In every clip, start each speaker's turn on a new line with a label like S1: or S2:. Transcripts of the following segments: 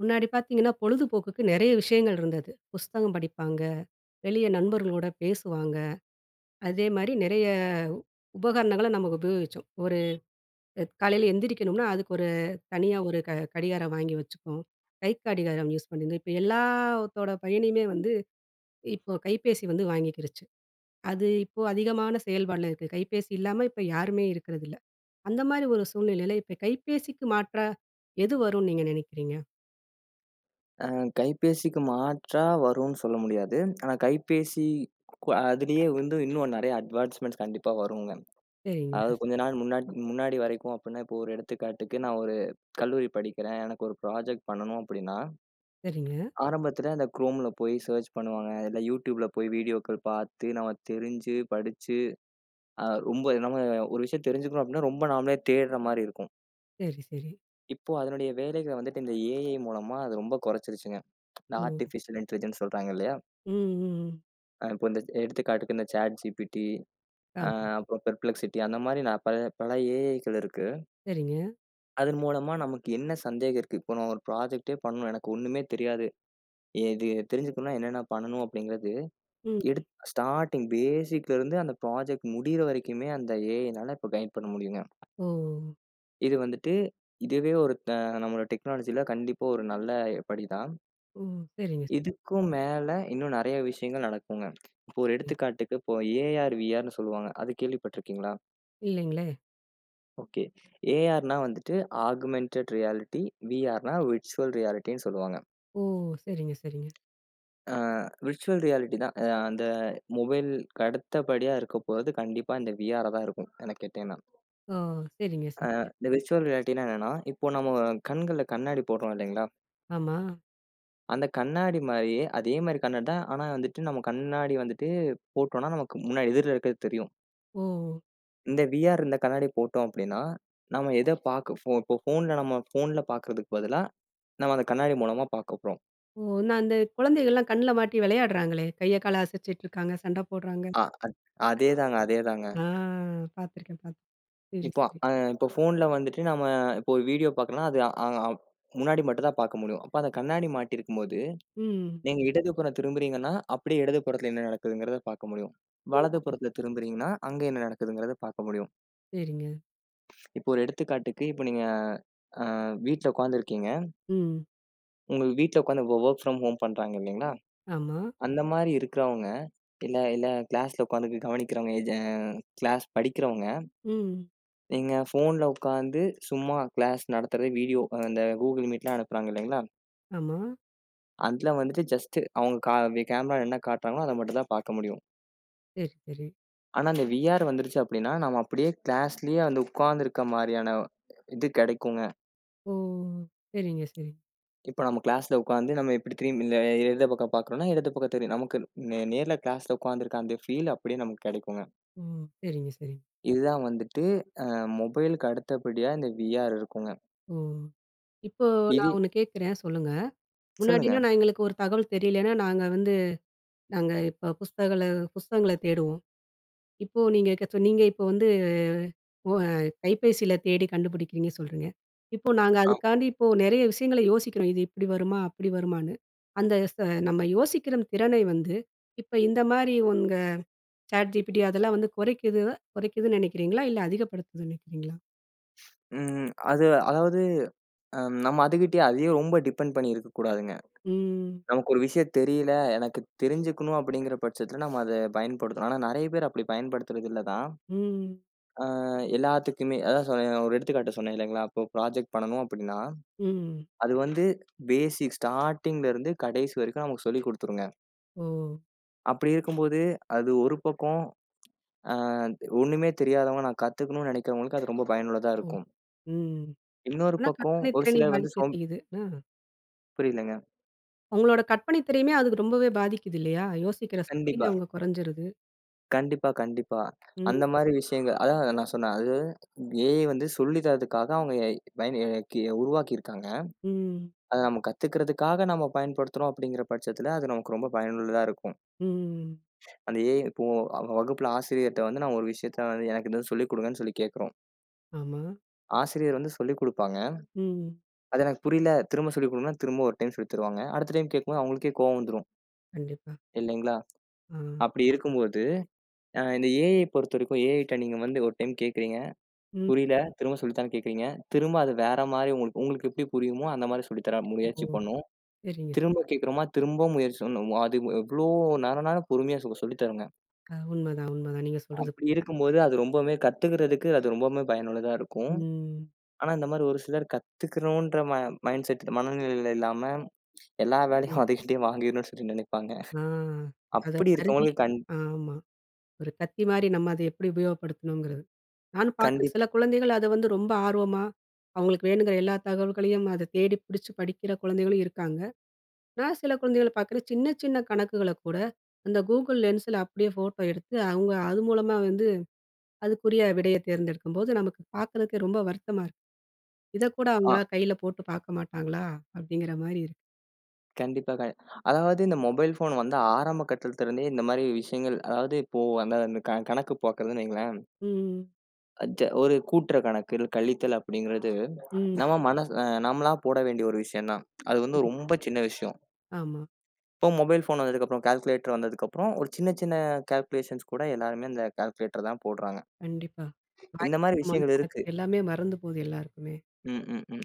S1: முன்னாடி பார்த்தீங்கன்னா, பொழுதுபோக்குக்கு நெறைய விஷயங்கள் இருந்தது. புஸ்தகம் படிப்பாங்க, வெளிய நண்பர்களோட பேசுவாங்க. அதே மாரி நெறைய உபகரணங்கள நம்ம உபயோகிச்சோம். ஒரு காலையில எந்திரிக்கணும்னா, அதுக்கு ஒரு தனியா ஒரு கடிகாரம் வாங்கி வச்சுப்போம். கை கடிகாரம் யூஸ் பண்ணியிருந்தோம். இப்ப எல்லாத்தோட பயனையுமே வந்து இப்போ கைபேசி வந்து வாங்கிக்கிருச்சு. அது இப்போ அதிகமான செயல்பாடுல இருக்கு. கைபேசி இல்லாம இப்ப யாருமே இருக்கிறதில்ல. அந்த மாரி ஒரு சூழ்நிலையில இப்ப கைபேசிக்கு மாற்றா எது வரும்னு நீங்க நெனைக்கிறீங்க?
S2: அ கைபேசிக்கு மாற்றா வரும்னு சொல்ல முடியாது. ஆனா கைபேசி அதிலேயே வந்து இன்னும் நெறைய அட்வான்ஸ்மென்ட்ஸ் கண்டிப்பா வருங்க.
S1: சரிங்க,
S2: அதாவது கொஞ்ச நாள் முன்னாடி முன்னாடி வரைக்கும் அப்டின்னா, இப்போ ஒரு எடுத்துக்காட்டுக்கு நான் ஒரு கல்லூரி படிக்கிறேன். எனக்கு ஒரு ப்ராஜெக்ட் பண்ணணும் அப்டின்னா,
S1: சரிங்க.
S2: ஆரம்பத்துல அந்த Chromeல போய் சர்ச் பண்ணுவாங்க. இல்ல YouTubeல போய் வீடியோக்கள் பார்த்து, நம்ம தெரிஞ்சு, படிச்சு, அ ரொம்ப நம்ம ஒரு விஷயம் தெரிஞ்சுக்கணும் அப்டின்னா, ரொம்ப நாமளே தேடுற மாரி இருக்கும்.
S1: சரி, சரி.
S2: இப்போ அதனுடைய வேலைகள வந்துட்டு இந்த ஏஐ மூலமா அது ரொம்ப குறைச்சிருச்சுங்க. இந்த
S1: ஓ!
S2: ஆர்டிபிஷியல் இன்டெலிஜென்ஸ் சொல்றாங்க இல்லயா?
S1: ம், ம்.
S2: இப்போ இந்த எடுத்துக்காட்டுக்கு இந்த சாட் ஜிபிடி,
S1: ஆ
S2: அ அப்புறம் பெர்ப்ளெக்ஸிட்டி அந்த மாரி நான் பல பல ஏஐக்கள் இருக்கு.
S1: சரிங்க.
S2: அதன் மூலமா நமக்கு என்ன சந்தேகம் இருக்கு? இப்போ நான் ஒரு ப்ராஜெக்ட்டே பண்ணணும். எனக்கு ஒண்ணுமே தெரியாது. இது தெரிஞ்சுக்கணும்னா என்னென்ன பண்ணணும் அப்படிங்கிறது,
S1: ம்.
S2: ஸ்டார்ட்டிங் பேசிக்லருந்து அந்த ப்ராஜெக்ட் முடியிற வரைக்குமே அந்த ஏஐனால இப்போ கைட் பண்ண முடியுங்க.
S1: ஓ!
S2: இது வந்துட்டு இதுவே ஒரு த நம்மளோட டெக்னாலஜில கண்டிப்பா ஒரு நல்ல படி தான்.
S1: ஓ! சரிங்க, சரிங்க.
S2: இதுக்கும் மேல இன்னும் நெறைய விஷயங்கள் நடக்குங்க. இப்போ ஒரு
S1: ம்.
S2: எடுத்துக்காட்டுக்கு இப்போ ஏஆர், விஆர்ன்னு சொல்லுவாங்க. அது கேள்விப்பட்டிருக்கீங்களா?
S1: இல்லைங்களே!
S2: ஓகே. ஏஆர்னா வந்துட்டு ஆகுமென்டட் ரியாலிட்டி, விஆர்னா விர்ச்சுவல் ரியாலிட்டின்னு சொல்லுவாங்க.
S1: ஓ! சரிங்க, சரிங்க.
S2: அ விர்ச்சுவல் ரியாலிட்டி தான். அந்த மொபைல்க்கு அடுத்தபடியா இருக்கப்போறது கண்டிப்பா இந்த விஆரா தான் இருக்கும் எனக்கு கேட்டீங்கன்னா.
S1: ஓ! சரிங்க, சரிங்க.
S2: இந்த விர்ச்சுவல் ரியாலிட்டினா என்னன்னா, இப்போ நம்ம கண்கள்ல கண்ணாடி போடுறோம் இல்லைங்களா?
S1: ஆமா.
S2: அந்த கண்ணாடி மாரியே அதே மாரி கண்ணாடி தான். ஆனா வந்துட்டு நம்ம கண்ணாடி வந்துட்டு போட்டோம்னா நமக்கு முன்னாடி எதிர்ல இருக்கிறது தெரியும்.
S1: ஓ!
S2: இந்த விஆர் இந்த கண்ணாடி போட்டோம் அப்படின்னா, நம்ம எத பாக்க இப்போ நம்ம ஃபோன்ல பாக்குறதுக்கு பதிலா, நம்ம அந்த கண்ணாடி மூலமா பாக்க போறோம்.
S1: ஓ! நான் அந்த குழந்தைகள்லாம் கண்ல மாட்டி விளையாடுறாங்களே! கைய கால அசைச்சுட்டு இருக்காங்க, சண்டை போடுறாங்க.
S2: ஆ, அத் அதேதாங்க, அதேதாங்க.
S1: ஆ பார்த்துருக்கேன், பார்த்துருக்கேன். சரி,
S2: இப்போ
S1: சரி.
S2: இப்போ ஃபோன்ல வந்துட்டு நம்ம இப்போ ஒரு வீடியோ பார்க்கணும்னா, அது அ அ அ- முன்னாடி மட்டும் தான் பார்க்க முடியும். அப்ப அந்த கண்ணாடி மாட்டியிருக்கும்போது,
S1: ம்.
S2: நீங்க இடதுபுறம் திரும்புறீங்கன்னா, அப்படியே இடதுபுறத்துல என்ன நடக்குதுங்கிறத பார்க்க முடியும்.
S1: ஓ!
S2: வலதுபுறத்துல திரும்புறீங்கன்னா, அங்க என்ன நடக்குதுங்கிறத பார்க்க முடியும்.
S1: சரிங்க.
S2: இப்போ ஒரு எடுத்துக்காட்டுக்கு, இப்போ நீங்க அ வீட்ல உட்காந்துருக்கீங்க.
S1: ம்.
S2: உங்க வீட்ல உட்காந்து வொர்க் ஃப்ரம் ஹோம் பண்றாங்க இல்லைங்களா?
S1: ஆமா.
S2: அந்த மாரி இருக்கிறவங்க, இல்ல இல்ல கிளாஸ்ல உட்காந்து கவனிக்கிறவங்க, கிளாஸ் படிக்கிறவங்க
S1: ம்.
S2: நீங்க ஃபோன்ல உட்காந்து சும்மா கிளாஸ் நடத்துறது வீடியோ அந்த Google Meetலாம் அனுப்புறாங்க இல்லைங்களா?
S1: ஆமா.
S2: அதுல வந்துட்டு ஜஸ்ட் அவங்க கேமரால என்ன காட்டுறாங்களோ அத மட்டும் தான் பார்க்க முடியும்.
S1: சரி, சரி.
S2: ஆனா அந்த VR வந்துருச்சு அப்படின்னா, நம்ம அப்படியே கிளாஸ்லயே வந்து உட்கார்ந்திருக்க மாரியான இது கிடைக்குங்க.
S1: ஓ! சரிங்க, சரிங்க.
S2: இப்ப நம்ம கிளாஸ்ல உட்காந்து நம்ம இப்படி திரும்பி இந்த இடது பக்கம் பார்க்குறோம்னா, இடது பக்கம் தெரியும். நமக்கு நேர்ல கிளாஸ்ல உட்கார்ந்திருக்க அந்த ஃபீல் அப்படியே நமக்கு கிடைக்குங்க.
S1: ஓ! சரிங்க, சரிங்க.
S2: இதுதான் வந்துட்டு அ மொபைலுக்கு அடுத்தபடியா இந்த VR இருக்குங்க.
S1: ஓ! இப்போ
S2: இது
S1: நான் ஒண்ணு கேட்கிறேன், சொல்லுங்க.
S2: சொல்லுங்க.
S1: முன்னாடின்னா, நான் எங்களுக்கு ஒரு தகவல் தெரியலன்னா, நாங்க வந்து நாங்க இப்ப புஸ்தகங்கள தேடுவோம். இப்போ நீங்க சொன்னீங்க, இப்போ வந்து ஒ அ கைபேசியில தேடி கண்டுபிடிக்கிறீங்க சொல்றீங்க. இப்போ நாங்க
S2: அ
S1: அதுக்காண்டி இப்போ நெறைய விஷயங்கள யோசிக்கிறோம். இது இப்படி வருமா? அப்படி வருமான்னு. அந்த ச நம்ம யோசிக்கிற திறனை வந்து, இப்ப இந்த மாரி உங்க ChatGPT அதெல்லாம் வந்து குறைக்குதுன்னு நெனைக்கிறீங்களா? இல்ல அதிகப்படுத்துதுன்னு நெனைக்கிறீங்களா?
S2: ம் அது அதாவது நம்ம அதுகிட்டயே அதையே ரொம்ப டிபெண்ட் பண்ணி இருக்கக்கூடாதுங்க.
S1: ம்.
S2: நமக்கு ஒரு விஷயம் தெரியல, எனக்கு தெரிஞ்சுக்கணும் அப்படிங்கிற பட்சத்தில நம்ம அத பயன்படுத்தணும். ஆனா நெறைய பேர் அப்படி பயன்படுத்துறதில்ல தான்.
S1: ம்.
S2: அ எல்லாத்துக்குமே அதான் சொன்னேன் ஒரு எடுத்துக்காட்டு சொன்னேன் இல்லைங்களா? இப்போ ப்ராஜெக்ட் பண்ணணும் அப்படின்னா,
S1: ம்.
S2: அது வந்து பேசிக் ஸ்டார்ட்டிங்லேருந்து கடைசி வரைக்கும் நமக்கு சொல்லிக் குடுத்துருங்க.
S1: ஓ!
S2: அப்படி இருக்கும்போது அது ஒரு பக்கம், அ ஒண்ணுமே தெரியாதவங்க நான் கத்துக்கணும்னு நெனைக்கிறவங்களுக்கு அது ரொம்ப பயனுள்ளதா
S1: ஓ!
S2: இருக்கும்.
S1: ம்.
S2: இன்னொரு
S1: ஆனா
S2: பக்கம்
S1: கற்பனை
S2: ஒரு
S1: திறனை
S2: சிலர் வந்து
S1: பாதிக்க செய்யுது. ஆ.
S2: புரியலங்க.
S1: அவங்களோட கற்பனை திறமையே அதுக்கு ரொம்பவே பாதிக்குது இல்லையா? யோசிக்கிற சக்தி
S2: கண்டிப்பா.
S1: அவங்க குறைஞ்சிருது.
S2: கண்டிப்பா.
S1: ம்,
S2: அந்த மாரி விஷயங்கள் அதான் நான் சொன்னேன். அது ஏஐ வந்து சொல்லி தரதுக்காக அவங்க பயன் அ கி உருவாக்கியிருக்காங்க.
S1: ம்,
S2: அத நம்ம கத்துக்கிறதுக்காக நம்ம பயன்படுத்துறோம் அப்படிங்கிற பட்சத்தில, அது நமக்கு ரொம்ப பயனுள்ளதா இருக்கும்.
S1: ம்.
S2: அந்த ஏஐ இப்போ வகுப்புல ஆசிரியர்ட்ட வந்து நான் ஒரு விஷயத்த வந்து எனக்கு இத சொல்லிக் குடுங்கன்னு சொல்லி கேட்கிறோம்.
S1: ஆமா.
S2: ஆசிரியர் வந்து சொல்லிக் குடுப்பாங்க.
S1: ம்.
S2: அது எனக்கு புரியல, திரும்ப சொல்லிக் குடுங்கன்னா, திரும்ப ஒரு டைம் சொல்லித் தருவாங்க. அடுத்த டைம் கேட்கும்போது அவங்களுக்கே கோவம் வந்துரும்
S1: கண்டிப்பா.
S2: இல்லைங்களா?
S1: ஆ.
S2: அப்படி இருக்கும்போது, இந்த ஏஐ பொறுத்தவரைக்கும் ஏஐட்ட நீங்க வந்து ஒரு டைம் கேட்கிறீங்க,
S1: ம்.
S2: புரியல. திரும்ப சொல்லித்தான்னு கேட்கிறீங்க. திரும்ப அது வேற மாரி உங்களுக்கு உங்களுக்கு எப்படி புரியுமோ, அந்த மாரி சொல்லி தர
S1: ஓ!
S2: முயற்சி பண்ணும்.
S1: சரிங்க. சரி.
S2: திரும்ப கேட்கிறோமா, திரும்பவும் முயற்சி பண்ணும். அது எவ்வளோ நேரம் நேரம் பொறுமையா சொல்லி தருங்க.
S1: அ உண்மதான், உண்மதான். நீங்க சொல்றது.
S2: அப்படி இருக்கும்போது அது ரொம்பவுமே கத்துக்கிறதுக்கு அது ரொம்பவுமே பயனுள்ளதா இருக்கும்.
S1: ம்.
S2: ஆனா இந்த மாரி ஒரு சிலர் கத்துக்கணுன்ற ம மைண்ட் செட் மனநிலையில இல்லாம, எல்லா வேலையும்
S1: புரியுது.
S2: அதுகிட்டயே வாங்கிடணும்னு சொல்லி நினைப்பாங்க.
S1: ஆ. அது
S2: அப்படி
S1: கருவி.
S2: இருக்கவங்களுக்கு
S1: ஆமா. ஒரு கத்தி மாரி நம்ம அத எப்படி உபயோகப்படுத்தணுங்கிறது. நானும் பார்க்குறேன்.
S2: கண்டிப்
S1: சில குழந்தைகள் அத வந்து ரொம்ப ஆர்வமா, அவங்களுக்கு வேணுங்கிற எல்லா தகவல்களையும் அத தேடி பிடிச்சு படிக்கிற குழந்தைகளும் இருக்காங்க. நான் சில குழந்தைகள பார்க்குறேன். சின்ன சின்ன கணக்குகள கூட, அந்த Google லென்ஸ்ல அப்படியே ஃபோட்டோ எடுத்து, அவங்க அது மூலமா வந்து அதுக்குரிய விடைய தேர்ந்தெடுக்கும்போது, நமக்கு பார்க்கறதுக்கே ரொம்ப வருத்தமா இருக்கு. இத கூட
S2: ஆ
S1: அவங்களா கையில போட்டு பார்க்க மாட்டாங்களா? அப்படிங்கிற மாரி இருக்கு.
S2: கண்டிப்பா அதாவது இந்த மொபைல் ஃபோன் வந்து ஆரம்ப கட்டத்தில இருந்தே இந்த மாரி விஷயங்கள் அதாவது இப்போ அந்த அந்த கணக்கு பார்க்கறதுன்னு வைங்களேன்.
S1: ம்.
S2: ஒரு கூட்டுற கணக்கு, இல்ல கழித்தல் அப்படிங்கிறது
S1: ம்.
S2: நம்ம மனசு நம்மளா போட வேண்டிய ஒரு விஷயம் தான். அது வந்து
S1: ம்.
S2: ரொம்ப சின்ன விஷயம்.
S1: ஆமா.
S2: இப்போ மொபைல் ஃபோன் வந்ததுக்கப்புறம், கால்குலேட்டர் வந்ததுக்கப்புறம் ஒரு சின்ன சின்ன கால்குலேஷன்ஸ் கூட எல்லாருமே அந்த கால்குலேட்டர் தான் போடுறாங்க.
S1: கண்டிப்பா. வாய்
S2: இந்த மாரி
S1: கணக்கு,
S2: விஷயங்கள்
S1: மனக்கணக்கு
S2: இருக்கு.
S1: எல்லாமே மறந்து போகுது எல்லாருக்குமே.
S2: ம், ம், ம்.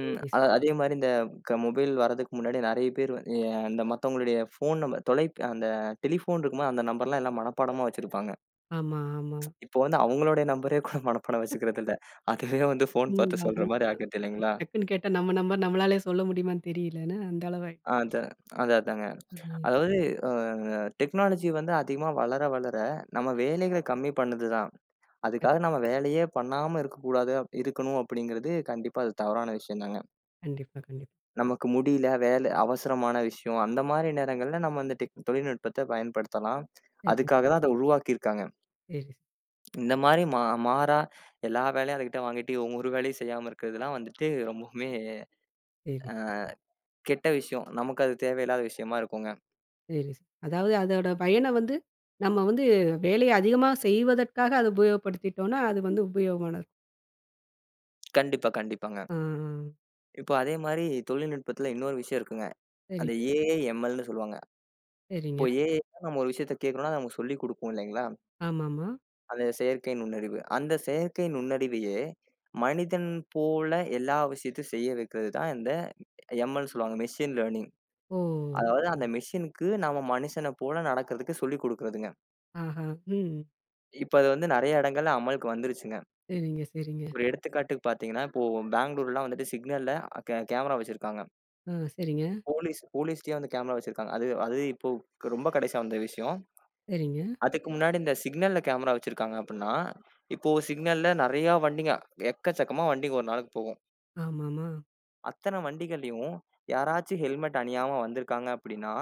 S1: சரி. சரி.
S2: அ அதே மாரி இந்த மொபைல் வர்றதுக்கு முன்னாடி நெறைய பேர் வ எ அந்த மத்தவங்களுடைய ஃபோன் நம்பர் தொலை அந்த டெலிஃபோன் இருக்குமா அந்த நம்பர்லாம் எல்லாம் மனப்பாடமா வச்சிருப்பாங்க.
S1: ஆமா, ஆமா.
S2: இப்போ வந்து அவங்களுடைய நம்பரே கூட மனப்பாடம் வச்சுக்கிறது இல்ல. அதுவே வந்து ஃபோன் பார்த்து
S1: உண்மதான்,
S2: சொல்ற மாரி
S1: உண்மதான்.
S2: ஆக்கிடுது
S1: அ
S2: இல்லைங்களா?
S1: டக்குன்னு கேட்டா நம்ம நம்பர் நம்மளாலே சொல்ல முடியுமான்னு தெரியல. என்ன அந்த அளவாயிடுச்சு.
S2: அதான். அதான், அதாங்க.
S1: ம்.
S2: அதாவது அ டெக்னாலஜி வந்து அதிகமா வளர நம்ம வேலைகள கம்மி பண்ணுது தான்.
S1: கண்டி-
S2: அதுக்காக நம்ம வேலையே பண்ணாம இருக்கணும் அப்படிங்கிறது கண்டிப்பா அது தவறான விஷயம் தாங்க.
S1: கண்டிப்பா, கண்டிப்பா.
S2: நமக்கு முடியல, வேலை அவசரமான விஷயம் அந்த மாரி நேரங்கள்ல நம்ம இந்த தொழில்நுட்பத்த பயன்படுத்தலாம்.
S1: சரிங்க.
S2: அதுக்காக தான் அத உருவாக்கியிருக்காங்க.
S1: சரி,
S2: இந்த மாரி மா மாறா எல்லா வேலையும் அதுகிட்ட வாங்கிட்டு, இவங்க ஒரு வேலையும் செய்யாம இருக்கிறதுலாம் வந்துட்டு ரொம்பவுமே
S1: சரி.
S2: கெட்ட விஷயம். நமக்கு அது தேவையில்லாத விஷயமா இருக்குங்க.
S1: சரி. அதாவது அதோட பயன வந்து, நம்ம வந்து வேலைய அதிகமா செய்வதற்காக அத உபயோகப்படுத்திட்டோம்னா, அது வந்து உபயோகமானது.
S2: கண்டிப்பா, கண்டிப்பாங்க.
S1: ஆ,
S2: இப்போ அதே மாரி தொழில்நுட்பத்துல இன்னொரு விஷயம் இருக்குங்க. அந்த
S1: சரிங்க,
S2: ஏஐ, எம்எல்ன்னு சொல்லுவாங்க. இப்போ
S1: சரிங்க.
S2: ஏஐ நம்ம ஒரு விஷயத்த கேட்கிறோம்னா, அது நமக்கு சொல்லிக் குடுக்கும் இல்லைங்களா?
S1: ஆமாமா.
S2: அந்த செயற்கை நுண்ணறிவு. அந்த செயற்கை நுண்ணறிவையே மனிதன் போல எல்லா விஷயத்தையும் செய்ய வைக்கிறது தான் இந்த எம்எல்ன்னு சொல்லுவாங்க. Machine learning.
S1: ஓ!
S2: அதாவது அந்த மெஷினுக்கு நம்ம மனுஷன போல நடக்கிறதுக்கு சொல்லிக் குடுக்குறதுங்க.
S1: ஆஹா. ம்.
S2: இப்ப அது வந்து நெறைய இடங்கள்ல அமலுக்கு வந்துருச்சுங்க.
S1: சரிங்க, சரிங்க.
S2: ஒரு எடுத்துக்காட்டுக்கு பார்த்தீங்கன்னா, இப்போ பெங்களூர்லாம் வந்துட்டு சிக்னல்ல அ கே கேமரா வச்சிருக்காங்க.
S1: ஆ, சரிங்க,
S2: போலீஸ்லயே வந்து கேமரா வச்சிருக்காங்க. அது அது இப்போ ரொம்ப கடைசியா வந்த விஷயம்.
S1: சரிங்க.
S2: அதுக்கு முன்னாடி இந்த சிக்னல்ல கேமரா வச்சிருக்காங்க அப்டின்னா, இப்போ சிக்னல்ல நெறையா வண்டிங்க எக்கச்சக்கமா வண்டிங்க ஒரு நாளைக்கு போகும்.
S1: ஆமாமா.
S2: அத்தன வண்டிகள்லயும் யாராச்சும் ஹெல்மெட் அணியாம வந்திருக்காங்க அப்டின்னா,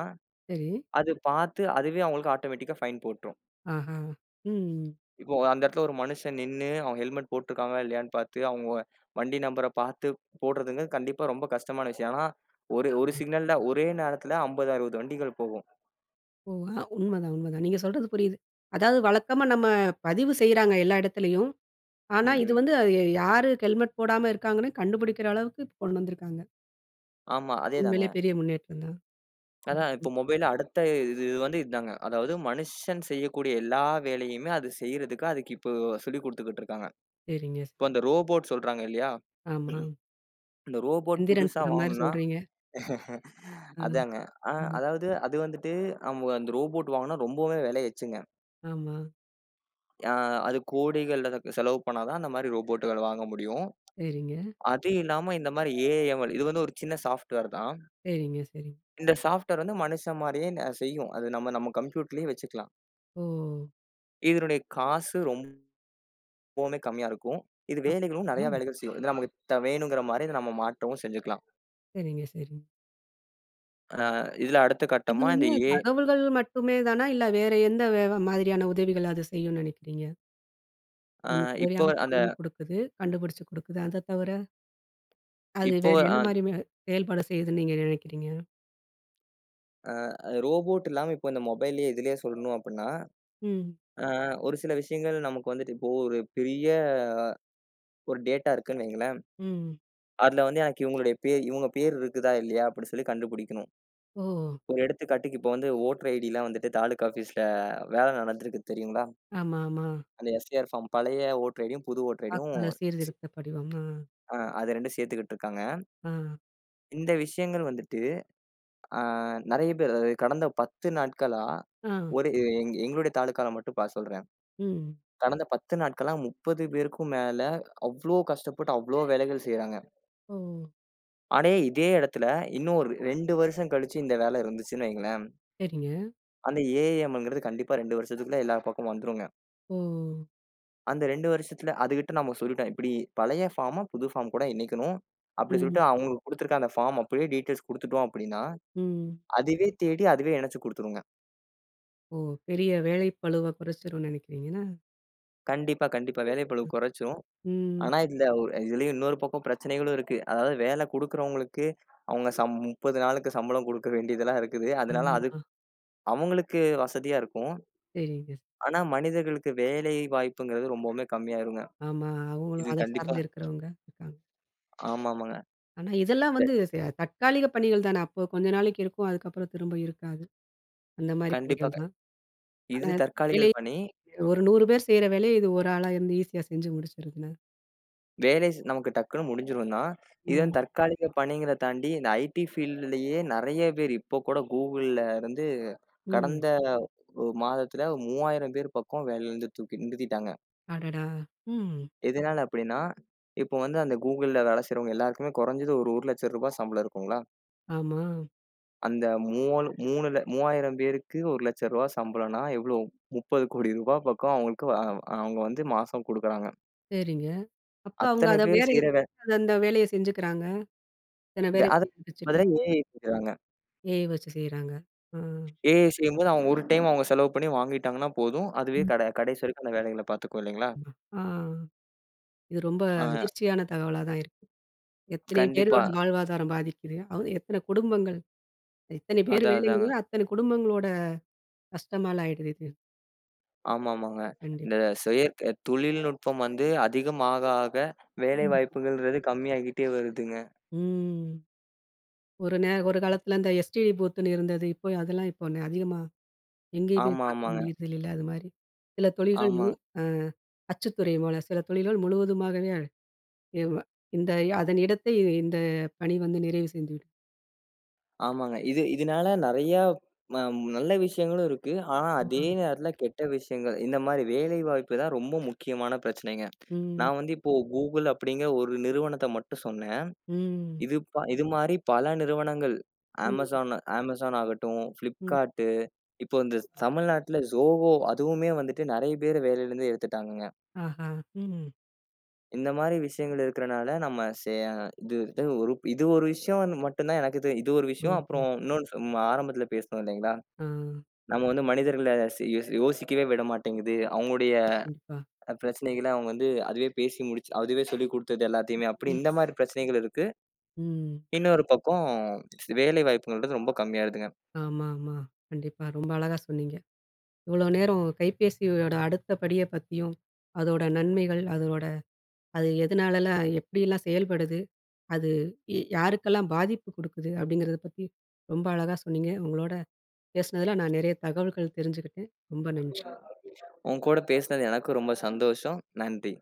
S1: சரி.
S2: அது பார்த்து அதுவே அவங்களுக்கு ஆட்டோமேட்டிக்கா ஃபைன் போட்டுரும்.
S1: ஆஹா. ம்.
S2: இப்போ அந்த இடத்துல ஒரு மனுஷன் நின்னு அவன் ஹெல்மெட் போட்டுருக்காங்களா இல்லையான்னு பார்த்து, அவங்க வண்டி நம்பர பார்த்து போடுறதுங்க கண்டிப்பா ரொம்ப கஷ்டமான விஷயம். ஆனா, ஒரு ஒரு சிக்னல்ல ஒரே நேரத்துல 50, 60 வண்டிகள் போகும்.
S1: ஓ! ஆ உண்மதான், உண்மதான். நீங்க சொல்றது புரியுது. அதாவது வழக்கமா நம்ம பதிவு செய்றாங்க எல்லா இடத்துலயும். ஆனா,
S2: ம்,
S1: இது
S2: ம்.
S1: வந்து அது யாரு ஹெல்மெட் போடாம இருக்காங்கன்னு கண்டுபிடிக்கிற அளவுக்கு இப்ப கொண்டு வந்திருக்காங்க.
S2: ஆமா.
S1: உண்மையிலேயே
S2: அதேதாங்க.
S1: பெரிய முன்னேற்றம் தான்.
S2: அதான்
S1: ம்.
S2: இப்போ மொபைல் அடுத்த இது இது வந்து இதாங்க. அதாவது மனுஷன் செய்யக்கூடிய எல்லா வேலையுமே அது செய்றதுக்கு அதுக்கு இப்போ சொல்லிக் குடுத்துக்கிட்டு இருக்காங்க.
S1: சரிங்க.
S2: இப்போ அந்த ரோபோட் சொல்றாங்க இல்லையா?
S1: ஆமா.
S2: இந்த ரோபோட்
S1: எந்திரன்
S2: புதுசா
S1: படம் மாரி
S2: வாங்கணும்னா
S1: சொல்றீங்க. ஆ,
S2: அதாங்க. அ
S1: ம்.
S2: அதாவது அது வந்துட்டு நம்ம அந்த ரோபோட் வாங்குனா ரொம்பவே விலை எச்சுங்க.
S1: ஆமா.
S2: அ அது கோடிகள் அதுக்கு செலவு பண்ணா தான் அந்த மாரி ரோபோட்டுகள் வாங்க முடியும்.
S1: சரிங்க,
S2: அது இல்லாம இந்த மாரி ஏஐஎம்எல் இது வந்து ஒரு சின்ன சாஃப்ட்வேர் தான்.
S1: சரிங்க, சரிங்க.
S2: இந்த சாஃப்ட்வேர் வந்து மனுஷன் மாரியே செய்யும். அது நம்ம நம்ம கம்ப்யூட்டர்லயே வச்சுக்கலாம்.
S1: ஓ!
S2: இதனுடைய காசு ரொம்ப கோவமே கம்மியா இருக்கும். இது வேலைகளும்
S1: அப்படியா?
S2: நெறைய வேலைகள் செய்யும். இது நமக்கு வேணுங்கிற மாரி இத நம்ம மாற்றவும் செஞ்சுக்கலாம்.
S1: சரிங்க, சரிங்க.
S2: அ இதுல அடுத்த கட்டமா இந்த
S1: இதுவுமே
S2: ஏ
S1: தகவல்கள் மட்டுமே தானா? இல்ல வேற எந்த மாதிரியான உதவிகள் அது செய்யும்னு நெனைக்கிறீங்க?
S2: அ
S1: நமக்கு
S2: இப்போ
S1: சரியான
S2: அந்த
S1: தகவல் குடுக்குது, கண்டுபிடிச்சு குடுக்குது. அத தவிர, அது
S2: இப்போ
S1: வேற
S2: அ
S1: என்ன மாரி செயல்பட செய்யுதுன்னு நீங்க நெனைக்கிறீங்க?
S2: ரோபோட் இல்லாம இப்போ இந்த மொபைல்லயே இதுலயே சொல்லணும் அப்டின்னா,
S1: ம்,
S2: அ ஒரு சில விஷயங்கள் நமக்கு வந்துட்டு இப்போ ஒரு பெரிய ஒரு டேட்டா இருக்குன்னு வைங்களேன்.
S1: ம்.
S2: அதுல வந்து எனக்கு இவங்களுடைய பேர் இவங்க பேர் இருக்குதா இல்லையா அப்டின்னு சொல்லி கண்டுபிடிக்கணும்.
S1: ஓ!
S2: ஒரு எடுத்துக்காட்டுக்கு இப்போ வந்து ஓட்டர் ஐடிலாம் வந்துட்டு தாலுக்கா ஆஃபீஸ்ல வேல நடந்திருக்கு தெரியுங்களா?
S1: ஆமா, ஆமா.
S2: அந்த எஸ்ஏஆர் ஃபார்ம் பழைய ஓட்டர் ஐடியும், புது ஓட்டர் ஐடியும்
S1: வாக்காளர்
S2: சி
S1: சீர்திருத்த படிவம். ஆ,
S2: அ அது 2 சேர்த்துக்கிட்டு இருக்காங்க.
S1: ஆ,
S2: இந்த விஷயங்கள் வந்துட்டு, அ நெறைய பேர் அதாவது கடந்த 10 நாட்களா,
S1: ஆ.
S2: ஒரு எங் எங்களுடைய தாலுக்கால மட்டும் சொல்றேன்.
S1: ம்.
S2: கடந்த 10 நாட்களா 30 பேருக்கும் மேல அவ்ளோ கஷ்டப்பட்டு அவ்ளோ வேலைகள் செய்றாங்க.
S1: ஓ!
S2: ஆனா இதே இடத்துல இன்னும் ஒரு 2 வருஷம் கழிச்சு இந்த வேலை இருந்துச்சுன்னு வைங்களேன்,
S1: சரிங்க.
S2: அந்த ஏஐஎம்ங்கிறது கண்டிப்பா 2 வருஷத்துக்குள்ள எல்லா பக்கமும் வந்துருங்க.
S1: ஓ!
S2: அந்த 2 வருஷத்துல அதுகிட்ட நம்ம சொல்லிட்டோம். இப்படி பழைய ஃபார்ம புது ஃபார்ம் கூட இணைக்கணும். அப்படி
S1: ம்.
S2: சொல்லிட்டு அவங்களுக்கு குடுத்துருக்க அந்த ஃபார்ம் அப்படியே டீட்டெயில்ஸ் குடுத்துட்டோம் அப்படின்னா,
S1: ம்.
S2: அதுவே தேடி அதுவே இணைச்சு குடுத்துருங்க.
S1: ஓ! பெரிய வேலைப்பளுவ குறைச்சிரும்னு நினைக்கிறீங்கன்னா?
S2: கண்டிப்பா, கண்டிப்பா வேலைப்பளு குறைச்சுரும்.
S1: ம்.
S2: ஆனா, இதுலயும் இன்னொரு பக்கம் பிரச்சனைகளும் இருக்கு. அதாவது வேலை குடுக்குறவங்களுக்கு, அவங்க 30 நாளுக்கு சம்பளம் குடுக்க வேண்டியதெல்லாம் இருக்குது. அதனால அது
S1: ஆமா.
S2: அவங்களுக்கு வசதியா இருக்கும்.
S1: சரிங்க.
S2: ஆனா, மனிதர்களுக்கு வேலை வாய்ப்புங்கிறது ரொம்பவுமே கம்மியாயிருங்க.
S1: ஆமா. அவங்களும்
S2: இது
S1: அத
S2: கண்டிப்பா.
S1: சார்ந்து இருக்கிறவங்க இருக்காங்க.
S2: ஆமாமாங்க.
S1: ஆனா இதெல்லாம்
S2: த
S1: வந்து தற்காலிக பணிகள் தானே. அப்போ கொஞ்ச நாளைக்கு இருக்கும். அதுக்கப்புறம் திரும்ப இருக்காது. அந்த மாரி
S2: கண்டிப்பா
S1: பணிகள்
S2: க
S1: தான். ஆனா
S2: இது தற்காலிக
S1: வேலை
S2: பணி.
S1: ஒரு 100 பேர் செய்ற வேலைய இது ஒரு ஆளா இருந்து ஈஸியா செஞ்சு முடிச்சிருதுனா.
S2: வேலை ஸ் நமக்கு டக்குன்னு முடிஞ்சிரும் தான். இது
S1: ம்.
S2: வந்து தற்காலிக பணிங்கிறத தாண்டி, இந்த ஐடி ஃபீல்டுலயே நெறைய பேர் இப்போ கூட Googleல இருந்து
S1: ம்.
S2: கடந்த ஒரு மாதத்துல 3000 பேர் பக்கம் வேலையிலருந்து தூக்கி நிறுத்திட்டாங்க.
S1: அடடா! ம்.
S2: எதனால அப்டின்னா, இப்போ வந்து அந்த கூகுள்ல வேலை செய்றவங்க எல்லாருக்குமே குறைஞ்சது ஒரு ரூ. 1,00,000 சம்பளம் இருக்குங்களா?
S1: ஆமா.
S2: அந்த மூவாலு 3ல 3000 பேருக்கு ரூ. 1,00,000 சம்பளம்னா எவ்ளோ? ரூ. 30,00,00,000 பக்கம் அவங்களுக்கு வ- அ அவங்க வந்து மாசம் குடுக்குறாங்க.
S1: சரிங்க. அப்ப அவங்க
S2: அத்தனை
S1: அத
S2: பேர்
S1: வேற
S2: செய்ற வே
S1: அந்த வேலைய செஞ்சுக்கிறாங்க. இத்தன பேர
S2: அத
S1: வச்சுட்டு
S2: பதிலா ஏஐ செய்றாங்க.
S1: ஏஐ வச்சு செய்றாங்க. ஆ.
S2: ஏஐ செய்யும்போது அவங்க ஒரு டைம் அவங்க செலவு பண்ணி வாங்கிட்டாங்கன்னா போதும். அதுவே கடைசி வரைக்கும் அந்த வேலைகள பார்த்துக்கும் இல்லைங்களா?
S1: ஆ. இது ரொம்ப
S2: ஆ
S1: அதிர்ச்சியான தகவலா தான் இருக்கு. எத்தனை
S2: கண்டிப்பா.
S1: பேரோட வாழ்வாதாரம் பாதிக்குது. அதுவும் எத்தனை குடும்பங்கள், இத்தனை பேர்
S2: அதான், அதாங்க.
S1: வேலைங்கிறது அத்தனை குடும்பங்களோட கஷ்டமால ஆயிடுது இது.
S2: ஆமாமாங்க.
S1: கண்டிப்பா.
S2: இந்த செயற்கை தொழில்நுட்பம் வந்து அதிகமாக வேலை
S1: ம்.
S2: வாய்ப்புகள்ன்றது கம்மியாகிட்டே வருதுங்க.
S1: ம். ஒரு காலத்துல அந்த எஸ்டிடி பூத்துன்னு இருந்தது. இப்போ அதெல்லாம் இப்போ அதிகமா எங்கேயுமே
S2: ஆமா,
S1: பார்க்க
S2: ஆமாங்க.
S1: முடியறது இல்லைல்ல. அது மாரி. சில தொழில்கள்
S2: ஆமா,
S1: முழு அ அச்சுத்துறை போல சில தொழில்கள் முழுவதுமாகவே அழ்- இவ் இந்த அதன் இடத்தை இந்த பணி வந்து நிறைவு செய்துவிடும்.
S2: ஆமாங்க. இது இதனால நெறையா ம நல்ல விஷயங்களும் இருக்கு. ஆனா அதே
S1: ம்.
S2: நேரத்துல கெட்ட விஷயங்கள். இந்த மாரி வேலை வாய்ப்பு தான் ரொம்ப முக்கியமான பிரச்சனைங்க.
S1: ம்.
S2: நான் வந்து இப்போ Google அப்படிங்கிற ஒரு நிறுவனத்த மட்டும் சொன்னேன்.
S1: ம்.
S2: இது மாரி பல நிறுவனங்கள்
S1: ம்.
S2: Amazon, Amazon ஆகட்டும்,
S1: ம்.
S2: Flipkart, இப்போ இந்த தமிழ்நாட்டுல Zoho அதுவுமே வந்துட்டு நெறைய பேர வேலையிலருந்து எடுத்துட்டாங்கங்க.
S1: ஆஹா! ம்.
S2: இந்த மாரி விஷயங்கள் இருக்கிறனால, நம்ம சே இது இது ஒரு இது ஒரு விஷயம் மட்டும் தான் எனக்கு தெ இது ஒரு விஷயம்.
S1: ஓஹோ!
S2: அப்புறம் இன்னொன்னு நம்ம ஆரம்பத்தில பேசினோம் இல்லைங்களா?
S1: ஆ.
S2: நம்ம வந்து மனிதர்கள சி யோசி யோசிக்கவே விட மாட்டேங்குது. அவங்களுடைய
S1: கண்டிப்பா.
S2: பிரச்சனைகள அவங்க வந்து அதுவே பேசி முடிச்சு அதுவே சொல்லிக் குடுத்தது எல்லாத்தையுமே, அப்படி
S1: ம்.
S2: இந்த மாரி பிரச்சனைகள் இருக்கு.
S1: ம்.
S2: இன்னொரு பக்கம் வேலை வாய்ப்புங்கள்ன்றது ரொம்ப கம்மியா இருக்குங்க.
S1: ஆமா, ஆமா. கண்டிப்பா. ரொம்ப அழகா சொன்னீங்க. இவ்வளோ நேரம் கைபேசியோட அடுத்த படிய பத்தியும், அதோட நன்மைகள், அதோட அது எதனாலலாம் எப்படிலாம் செயல்படுது? அது யாருக்கெல்லாம் பாதிப்பு குடுக்குது? அப்படிங்கிறத பத்தி ரொம்ப அழகா சொன்னீங்க. உங்களோட பேசினதுல நான் நெறைய தகவல்கள் தெரிஞ்சுக்கிட்டேன். ரொம்ப நன்றி.
S2: உங்க கூட பேசினது எனக்கும் ரொம்ப சந்தோஷம். நன்றி.